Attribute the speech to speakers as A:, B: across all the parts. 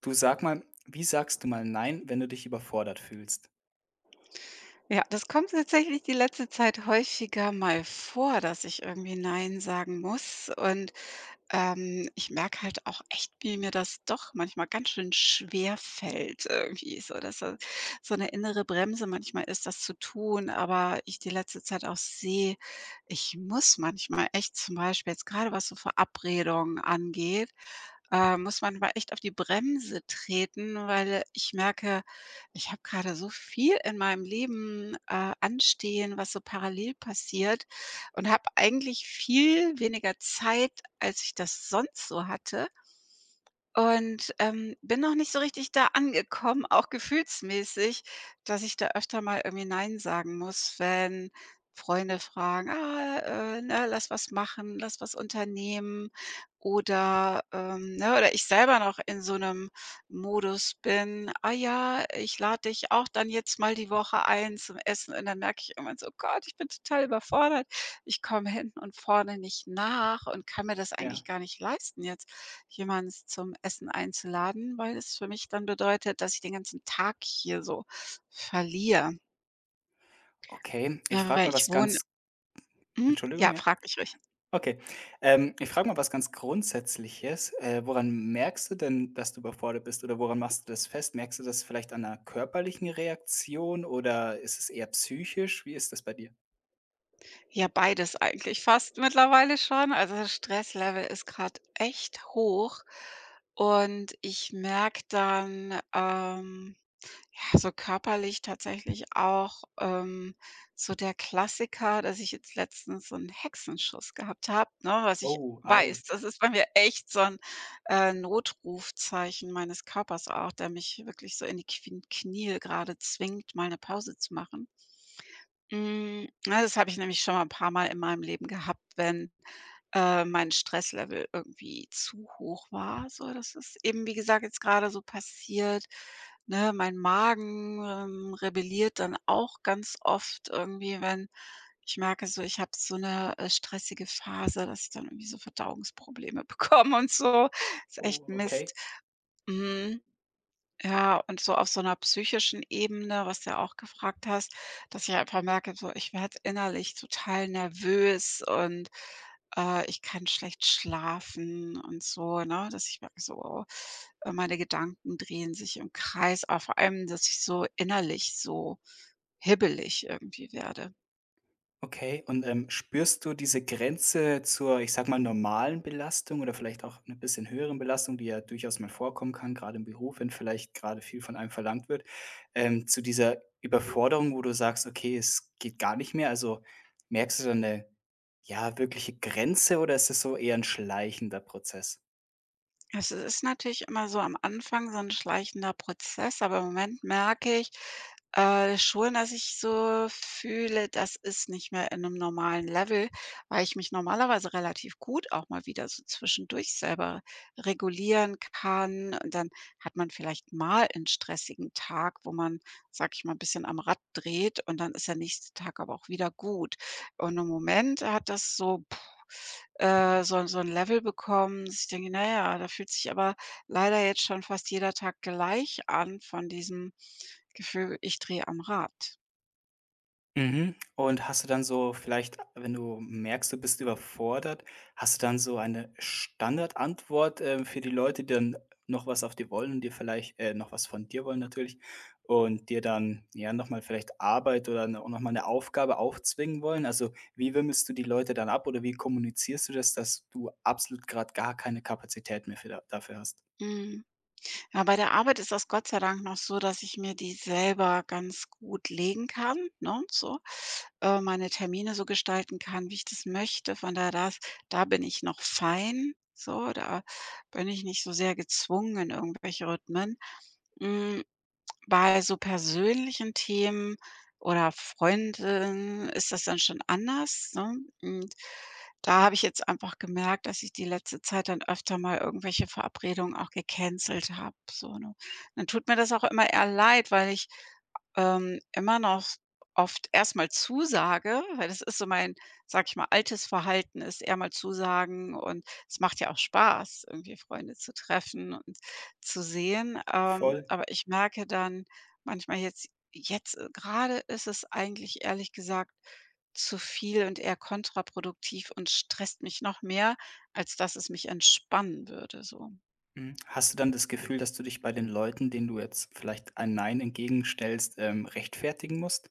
A: Du sag mal, wie sagst du mal nein, wenn du dich überfordert fühlst?
B: Ja, das kommt tatsächlich die letzte Zeit häufiger mal vor, dass ich irgendwie nein sagen muss. Ich merke halt auch echt, wie mir das doch manchmal ganz schön schwer fällt irgendwie, so dass da so eine innere Bremse manchmal ist, das zu tun. Aber ich die letzte Zeit auch sehe, ich muss manchmal echt, zum Beispiel jetzt gerade was so Verabredungen angeht, muss man mal echt auf die Bremse treten, weil ich merke, ich habe gerade so viel in meinem Leben, anstehen, was so parallel passiert, und habe eigentlich viel weniger Zeit, als ich das sonst so hatte. Bin noch nicht so richtig da angekommen, auch gefühlsmäßig, dass ich da öfter mal irgendwie nein sagen muss, wenn Freunde fragen: „Ah, ne, lass was machen, lass was unternehmen.“ Oder ne, oder ich selber noch in so einem Modus bin: „Ah ja, ich lade dich auch dann jetzt mal die Woche ein zum Essen.“ Und dann merke ich irgendwann so: „Gott, ich bin total überfordert. Ich komme hinten und vorne nicht nach und kann mir das
A: Ja,
B: eigentlich gar nicht leisten jetzt.“ Jemanden zum Essen einzuladen, weil es für mich dann bedeutet, dass ich den ganzen Tag hier so verliere.
A: okay. Ich
B: Ja,
A: frage
B: weil
A: mal
B: ich
A: was
B: wohne.
A: ganz
B: Mhm,
A: Entschuldigung,
B: ja,
A: ja?
B: frag mich ruhig.
A: Okay. Ich frage mal was ganz Grundsätzliches. Woran merkst du denn, dass du überfordert bist oder woran machst du das fest? Merkst du das vielleicht an 'ner körperlichen Reaktion oder ist es eher psychisch? Wie ist das bei dir?
B: Ja, beides eigentlich fast mittlerweile schon. Also, das Stresslevel ist grad echt hoch, und ich merke dann, ja, so körperlich tatsächlich auch, so der Klassiker, dass ich jetzt letztens so 'n Hexenschuss gehabt habe, ne, was ich
A: Oh, au.
B: weiß. Das ist bei mir echt so ein Notrufzeichen meines Körpers auch, der mich wirklich so in die Quin Knie gerade zwingt, mal eine Pause zu machen. Hm, na, das habe ich nämlich schon mal ein paar mal in meinem Leben gehabt, wenn mein Stresslevel irgendwie zu hoch war. So, das ist eben, wie gesagt, jetzt gerade so passiert, ne? Mein Magen, rebelliert dann auch ganz oft irgendwie, wenn ich merke so, ich habe so eine stressige Phase, dass ich dann irgendwie so Verdauungsprobleme bekomme und so. Ist echt
A: Oh, okay.
B: Mist. Mhm. Ja, und so auf so einer psychischen Ebene, was du ja auch gefragt hast, dass ich einfach merke, so ich werde innerlich total nervös und, ich kann schlecht schlafen und so, ne? Dass ich merke so, oh, meine Gedanken drehen sich im Kreis, aber vor allem, dass ich so innerlich so hibbelig irgendwie werde.
A: Okay, und, spürst du diese Grenze zur, ich sage mal, normalen Belastung oder vielleicht auch eine bisschen höheren Belastung, die ja durchaus mal vorkommen kann, gerade im Beruf, wenn vielleicht gerade viel von einem verlangt wird, zu dieser Überforderung, wo du sagst: „Okay, es geht gar nicht mehr“? Also, merkst du dann eine ja, wirkliche Grenze oder ist es so eher ein schleichender Prozess?
B: Es ist natürlich immer so am Anfang so ein schleichender Prozess, aber im Moment merke ich, schon, dass ich so fühle, das ist nicht mehr in einem normalen Level, weil ich mich normalerweise relativ gut auch mal wieder so zwischendurch selber regulieren kann. Und dann hat man vielleicht mal einen stressigen Tag, wo man, sag ich mal, ein bisschen am Rad dreht, und dann ist der nächste Tag aber auch wieder gut. Und im Moment hat das so so ein so 'n Level bekommen, dass ich denke: naja, da fühlt sich aber leider jetzt schon fast jeder Tag gleich an von diesem Gefühl, ich drehe am Rad.“
A: Mhm. Und hast du dann so vielleicht, wenn du merkst, du bist überfordert, hast du dann so eine Standardantwort, für die Leute, die dann noch was auf dich wollen und dir vielleicht noch was von dir wollen natürlich und dir dann, ja, noch mal vielleicht Arbeit oder no noch mal 'ne Aufgabe aufzwingen wollen? Also, wie wimmelst du die Leute dann ab oder wie kommunizierst du das, dass du absolut gerade gar keine Kapazität mehr für da dafür hast?
B: Mhm. Ja, bei der Arbeit ist das Gott sei Dank noch so, dass ich mir die selber ganz gut legen kann, ne, so, meine Termine so gestalten kann, wie ich das möchte. Von daher, das, da bin ich noch fein, so, da bin ich nicht so sehr gezwungen in irgendwelche Rhythmen. Hm, bei so persönlichen Themen oder Freunden ist das dann schon anders, ne? Und da habe ich jetzt einfach gemerkt, dass ich die letzte Zeit dann öfter mal irgendwelche Verabredungen auch gecancelt habe, so, ne? Dann tut mir das auch immer eher leid, weil ich, immer noch oft erstmal zusage, weil das ist so mein, sage ich mal, altes Verhalten ist eher mal zusagen, und es macht ja auch Spaß, irgendwie Freunde zu treffen und zu sehen,
A: Voll.
B: aber ich merke dann manchmal jetzt, grade ist es eigentlich ehrlich gesagt zu viel und eher kontraproduktiv und stresst mich noch mehr, als dass es mich entspannen würde so.
A: Mhm. Hast du dann das Gefühl, dass du dich bei den Leuten, denen du jetzt vielleicht ein Nein entgegenstellst, rechtfertigen musst?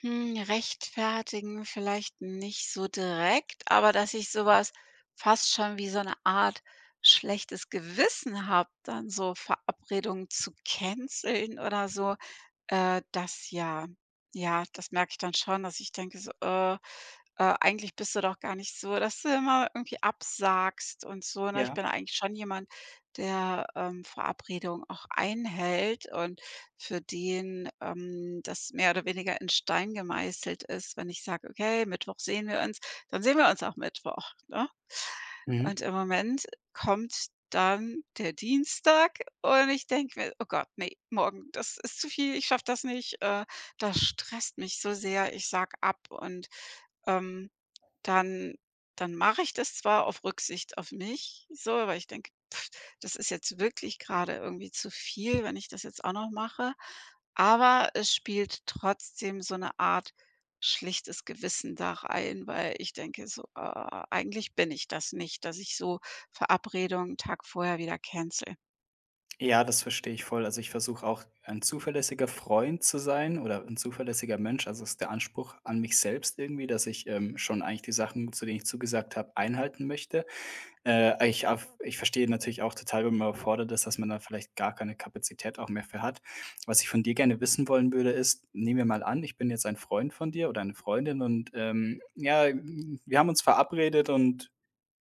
B: Hm, rechtfertigen vielleicht nicht so direkt, aber dass ich sowas fast schon wie so eine Art schlechtes Gewissen habe, dann so Verabredungen zu canceln oder so. Das ja. Ja, das merke ich dann schon, dass ich denke so: Eigentlich bist du doch gar nicht so, dass du immer irgendwie absagst und so“, ne? Ich
A: Ja.
B: bin eigentlich schon jemand, der, Verabredungen auch einhält, und für den, das mehr oder weniger in Stein gemeißelt ist, wenn ich sage: „Okay, Mittwoch sehen wir uns“, dann sehen wir uns auch Mittwoch, ne? Und
A: Mhm.
B: im Moment kommt dann der Dienstag, und ich denke mir: „Oh Gott, ne, morgen, das ist zu viel, ich schaffe das nicht, das stresst mich so sehr, ich sag ab.“ ähm, dann Dann mache ich das zwar auf Rücksicht auf mich so, aber ich denke, das ist jetzt wirklich gerade irgendwie zu viel, wenn ich das jetzt auch noch mache. Aber es spielt trotzdem so eine Art schlichtes Gewissen da rein, weil ich denke so: „Ah, eigentlich bin ich das nicht, dass ich so Verabredungen 'n Tag vorher wieder cancele.“
A: Ja, das verstehe ich voll. Also ich versuche auch ein zuverlässiger Freund zu sein oder ein zuverlässiger Mensch. Also ist der Anspruch an mich selbst irgendwie, dass ich schon eigentlich die Sachen, zu denen ich zugesagt habe, einhalten möchte. Ich verstehe natürlich auch total, wenn man überfordert ist, dass man da vielleicht gar keine Kapazität auch mehr für hat. Was ich von dir gerne wissen wollen würde, ist, nehmen wir mal an, ich bin jetzt ein Freund von dir oder eine Freundin und, ja, wir haben uns verabredet und,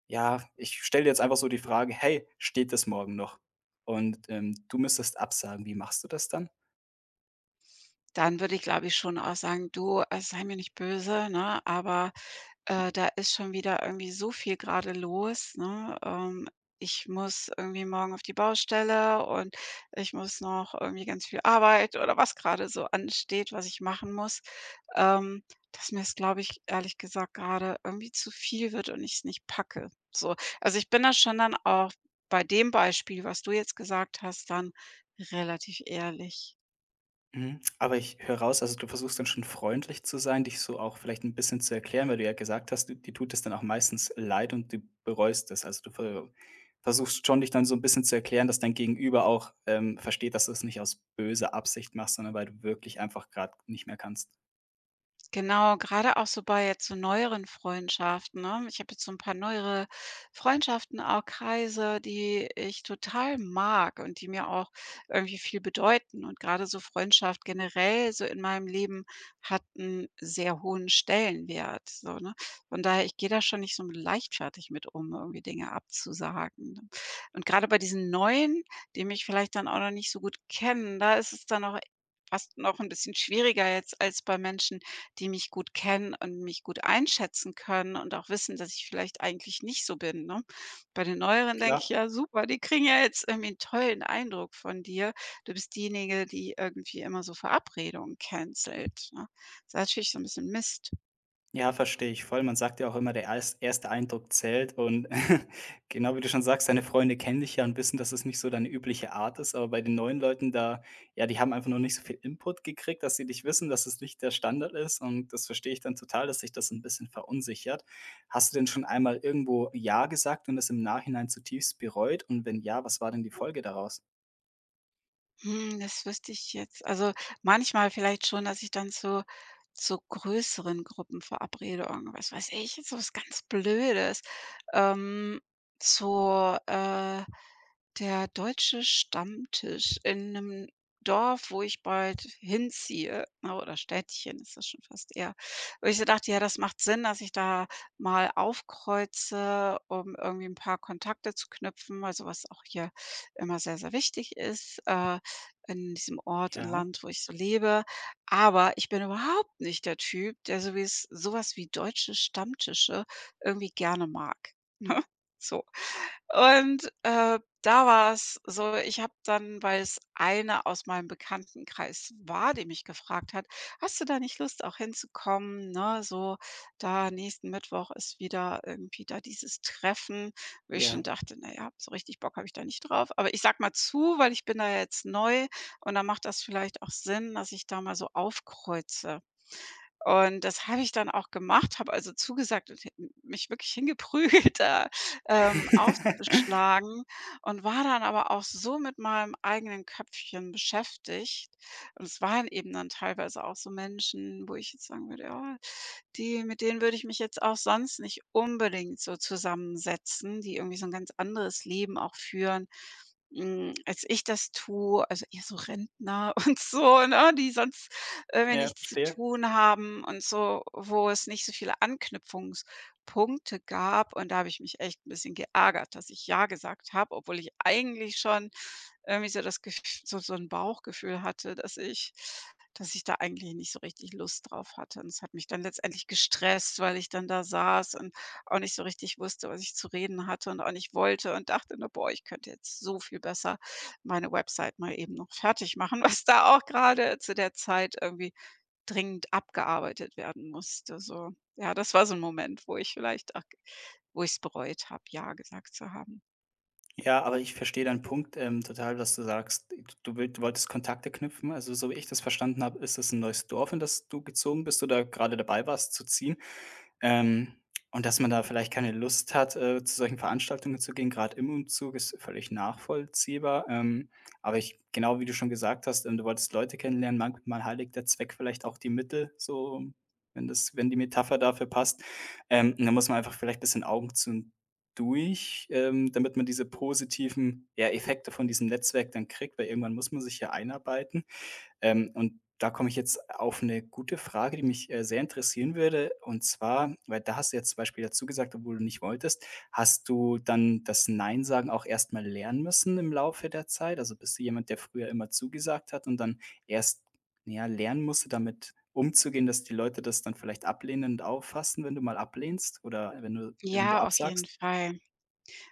A: ja, ich stelle jetzt einfach so die Frage: „Hey, steht das morgen noch?“ Und, du müsstest absagen. Wie machst du das dann?
B: Dann würde ich, glaube ich, schon auch sagen: „Du, sei mir nicht böse, ne, aber, da ist schon wieder irgendwie so viel gerade los, ne? Ich muss irgendwie morgen auf die Baustelle, und ich muss noch irgendwie ganz viel Arbeit“ oder was gerade so ansteht, was ich machen muss, ähm, dass mir es, glaube ich, ehrlich gesagt gerade irgendwie zu viel wird und ich es nicht packe, so. Also, ich bin da schon dann auch bei dem Beispiel, was du jetzt gesagt hast, dann relativ ehrlich.
A: Mhm. Aber ich höre raus, also, du versuchst dann schon freundlich zu sein, dich so auch vielleicht ein bisschen zu erklären, weil du ja gesagt hast, d dir tut es dann auch meistens leid und du bereust es. Also, du ver versuchst schon, dich dann so ein bisschen zu erklären, dass dein Gegenüber auch, versteht, dass du es nicht aus böser Absicht machst, sondern weil du wirklich einfach gerade nicht mehr kannst.
B: Genau, gerade auch so bei jetzt so neueren Freundschaften, ne? Ich habe jetzt so ein paar neuere Freundschaften, auch Kreise, die ich total mag und die mir auch irgendwie viel bedeuten. Und gerade so Freundschaft generell so in meinem Leben hat 'n sehr hohen Stellenwert, so, ne? Von daher, ich gehe da schon nicht so leichtfertig mit um, irgendwie Dinge abzusagen, ne? Und gerade bei diesen Neuen, die mich vielleicht dann auch noch nicht so gut kennen, da ist es dann auch fast noch ein bisschen schwieriger jetzt als bei Menschen, die mich gut kennen und mich gut einschätzen können und auch wissen, dass ich vielleicht eigentlich nicht so bin, ne? Bei den Neueren denke ich:
A: Klar?
B: „Ja super, die kriegen ja jetzt irgendwie 'n tollen Eindruck von dir. Du bist diejenige, die irgendwie immer so Verabredungen cancelt“, ne? Das ist natürlich so ein bisschen Mist.
A: Ja, verstehe ich voll. Man sagt ja auch immer, der erste Eindruck zählt und genau wie du schon sagst, deine Freunde kennen dich ja und wissen, dass es nicht so deine übliche Art ist, aber bei den neuen Leuten da ja, die haben einfach noch nicht so viel Input gekriegt, dass sie dich wissen, dass es nicht der Standard ist und das verstehe ich dann total, dass sich das ein bisschen verunsichert. Hast du denn schon einmal irgendwo „ja“ gesagt und das im Nachhinein zutiefst bereut und wenn ja, was war denn die Folge daraus?
B: Hm, das wüsste ich jetzt, also, manchmal vielleicht schon, dass ich dann zu größeren Gruppenverabredungen, was weiß ich, jetzt so was ganz Blödes, ähm, zu, der Deutsche Stammtisch in einem Dorf, wo ich bald hinziehe, ne, oder Städtchen ist das schon fast eher. Wo ich so dachte: „Ja, das macht Sinn, dass ich da mal aufkreuze, um irgendwie ein paar Kontakte zu knüpfen“, also, was auch hier immer sehr, sehr wichtig ist, in diesem Ort und
A: Ja,
B: Land, wo ich so lebe. Aber ich bin überhaupt nicht der Typ, der so wies so was wie deutsche Stammtische irgendwie gerne mag, ne? So. Und, äh, Da war's so, ich habe dann, weil es eine aus meinem Bekanntenkreis war, die mich gefragt hat: „Hast du da nicht Lust, auch hinzukommen, ne, so da nächsten Mittwoch ist wieder irgendwie da dieses Treffen?“ Wo ich
A: ja.
B: schon dachte: naja, so richtig Bock habe ich da nicht drauf.“ Aber ich sag mal zu, weil ich bin da jetzt neu, und dann macht das vielleicht auch Sinn, dass ich da mal so aufkreuze. Und das habe ich dann auch gemacht, habe also zugesagt und h mich wirklich hingeprügelt, da, aufzuschlagen, und war dann aber auch so mit meinem eigenen Köpfchen beschäftigt. Und es waren eben dann teilweise auch so Menschen, wo ich jetzt sagen würde: „Ja, die mit denen würde ich mich jetzt auch sonst nicht unbedingt so zusammensetzen“, die irgendwie so ein ganz anderes Leben auch führen. Hm, als ich das tue, also eher so Rentner und so, ne, die sonst irgendwie
A: Ja,
B: nichts zu
A: verstehe.
B: tun haben und so, wo es nicht so viele Anknüpfungspunkte gab. Und da habe ich mich echt ein bisschen geärgert, dass ich ja gesagt habe, obwohl ich eigentlich schon irgendwie so das Gef so so 'n Bauchgefühl hatte, dass ich da eigentlich nicht so richtig Lust drauf hatte. Und es hat mich dann letztendlich gestresst, weil ich dann da saß und auch nicht so richtig wusste, was ich zu reden hatte und auch nicht wollte, und dachte nur: „Boah, ich könnte jetzt so viel besser meine Website mal eben noch fertig machen“, was da auch gerade zu der Zeit irgendwie dringend abgearbeitet werden musste, so. Ja, das war so ein Moment, wo ich vielleicht auch wo ich es bereut habe, ja gesagt zu haben.
A: Ja, aber ich verstehe deinen Punkt, total, was du sagst. Du wolltest Kontakte knüpfen. Also, so wie ich das verstanden habe, ist es ein neues Dorf, in das du gezogen bist oder gerade dabei warst zu ziehen. Ähm, und dass man da vielleicht keine Lust hat, zu solchen Veranstaltungen zu gehen, gerade im Umzug, ist völlig nachvollziehbar. Aber ich genau wie du schon gesagt hast, du wolltest Leute kennenlernen, manchmal heiligt der Zweck vielleicht auch die Mittel, so wenn das wenn die Metapher dafür passt. Und da muss man einfach vielleicht ein bisschen Augen zu und durch, damit man diese positiven, ja, Effekte von diesem Netzwerk dann kriegt, weil irgendwann muss man sich ja einarbeiten. Und da komme ich jetzt auf eine gute Frage, die mich, sehr interessieren würde. Und zwar weil da hast du jetzt zum Beispiel dazu gesagt, obwohl du nicht wolltest. Hast du dann das Nein sagen auch erstmal lernen müssen im Laufe der Zeit? Also, bist du jemand, der früher immer zugesagt hat und dann erst, ja, lernen musste, damit umzugehen, dass die Leute das dann vielleicht ablehnend auffassen, wenn du mal ablehnst oder wenn du irgendwo
B: Ja, auf jeden
A: absagst?
B: Fall.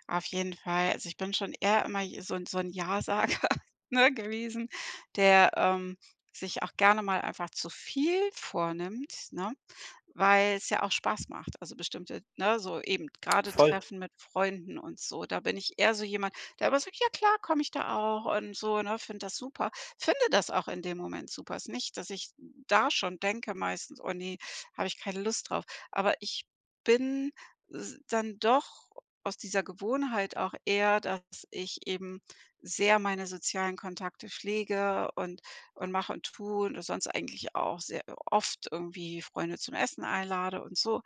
B: Auf jeden Fall. Also, ich bin schon eher immer j so 'n so ein Ja-Sager, ne, gewesen, der, sich auch gerne mal einfach zu viel vornimmt, ne? Weil es ja auch Spaß macht. Also, bestimmte, ne, so eben gerade
A: Voll.
B: Treffen mit Freunden und so. Da bin ich eher so jemand, der immer sagt: „Ja klar, komme ich da auch“ und so, ne, finde das super. Finde das auch in dem Moment super. Ist nicht, dass ich da schon denke meistens: „Oh ne, habe ich keine Lust drauf.“ Aber ich bin s dann doch aus dieser Gewohnheit auch eher, dass ich eben sehr meine sozialen Kontakte pflege und mache und tue und sonst eigentlich auch sehr oft irgendwie Freunde zum Essen einlade und so,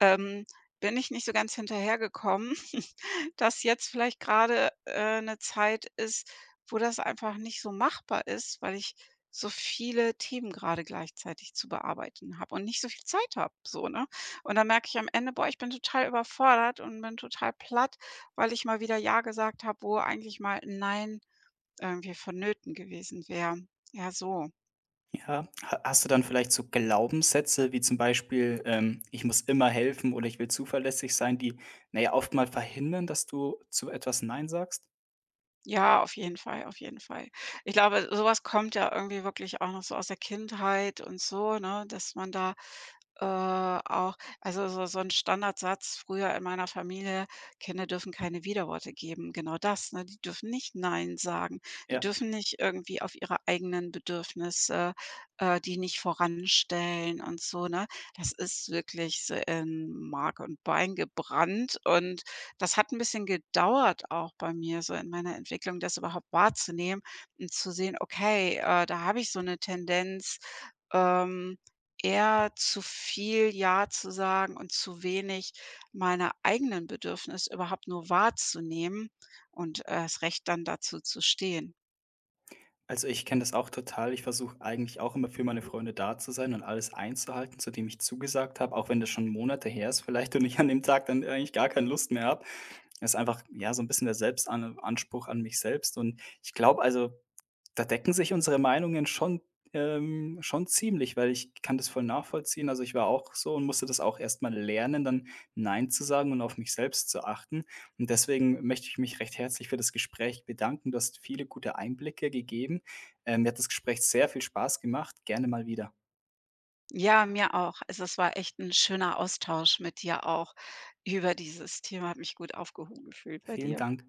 B: ähm, bin ich nicht so ganz hinterhergekommen, dass jetzt vielleicht gerade 'ne Zeit ist, wo das einfach nicht so machbar ist, weil ich so viele Themen gerade gleichzeitig zu bearbeiten habe und nicht so viel Zeit habe, so, ne? Und dann merke ich am Ende: „Boah, ich bin total überfordert und bin total platt, weil ich mal wieder ja gesagt habe, wo eigentlich mal 'n Nein irgendwie vonnöten gewesen wäre.“ Ja, so.
A: Ja. Ha Hast du dann vielleicht so Glaubenssätze wie zum Beispiel, „Ich muss immer helfen“ oder „Ich will zuverlässig sein“, die, ja, oft mal verhindern, dass du zu etwas nein sagst?
B: Ja, auf jeden Fall, auf jeden Fall. Ich glaube, sowas kommt ja irgendwie wirklich auch noch so aus der Kindheit und so, ne, dass man da, äh, auch, also so so 'n Standardsatz früher in meiner Familie: „Kinder dürfen keine Widerworte geben.“ Genau das, ne? Die dürfen nicht „Nein“ sagen. Die
A: Ja,
B: dürfen nicht irgendwie auf ihre eigenen Bedürfnisse, die nicht voranstellen und so, ne? Das ist wirklich so in Mark und Bein gebrannt, und das hat ein bisschen gedauert auch bei mir so in meiner Entwicklung, das überhaupt wahrzunehmen und zu sehen: „Okay, da habe ich so eine Tendenz, ähm, eher zu viel ja zu sagen und zu wenig meine eigenen Bedürfnisse überhaupt nur wahrzunehmen und, erst recht dann dazu zu stehen.“
A: also, ich kenne das auch total. Ich versuche eigentlich auch immer für meine Freunde da zu sein und alles einzuhalten, zu dem ich zugesagt habe, auch wenn das schon Monate her ist vielleicht und ich an dem Tag dann eigentlich gar keine Lust mehr habe. Das ist einfach, ja, so ein bisschen der Selbstanspruch an mich selbst und ich glaube also da decken sich unsere Meinungen schon schon ziemlich, weil ich kann das voll nachvollziehen. Also, ich war auch so und musste das auch erstmal lernen, dann nein zu sagen und auf mich selbst zu achten. Und deswegen möchte ich mich recht herzlich für das Gespräch bedanken. Du hast viele gute Einblicke gegeben. Mir hat das Gespräch sehr viel Spaß gemacht. Gerne mal wieder.
B: Ja, mir auch. Also, es war echt ein schöner Austausch mit dir auch über dieses Thema. Hat mich gut aufgehoben gefühlt bei
A: Vielen
B: dir.
A: Dank.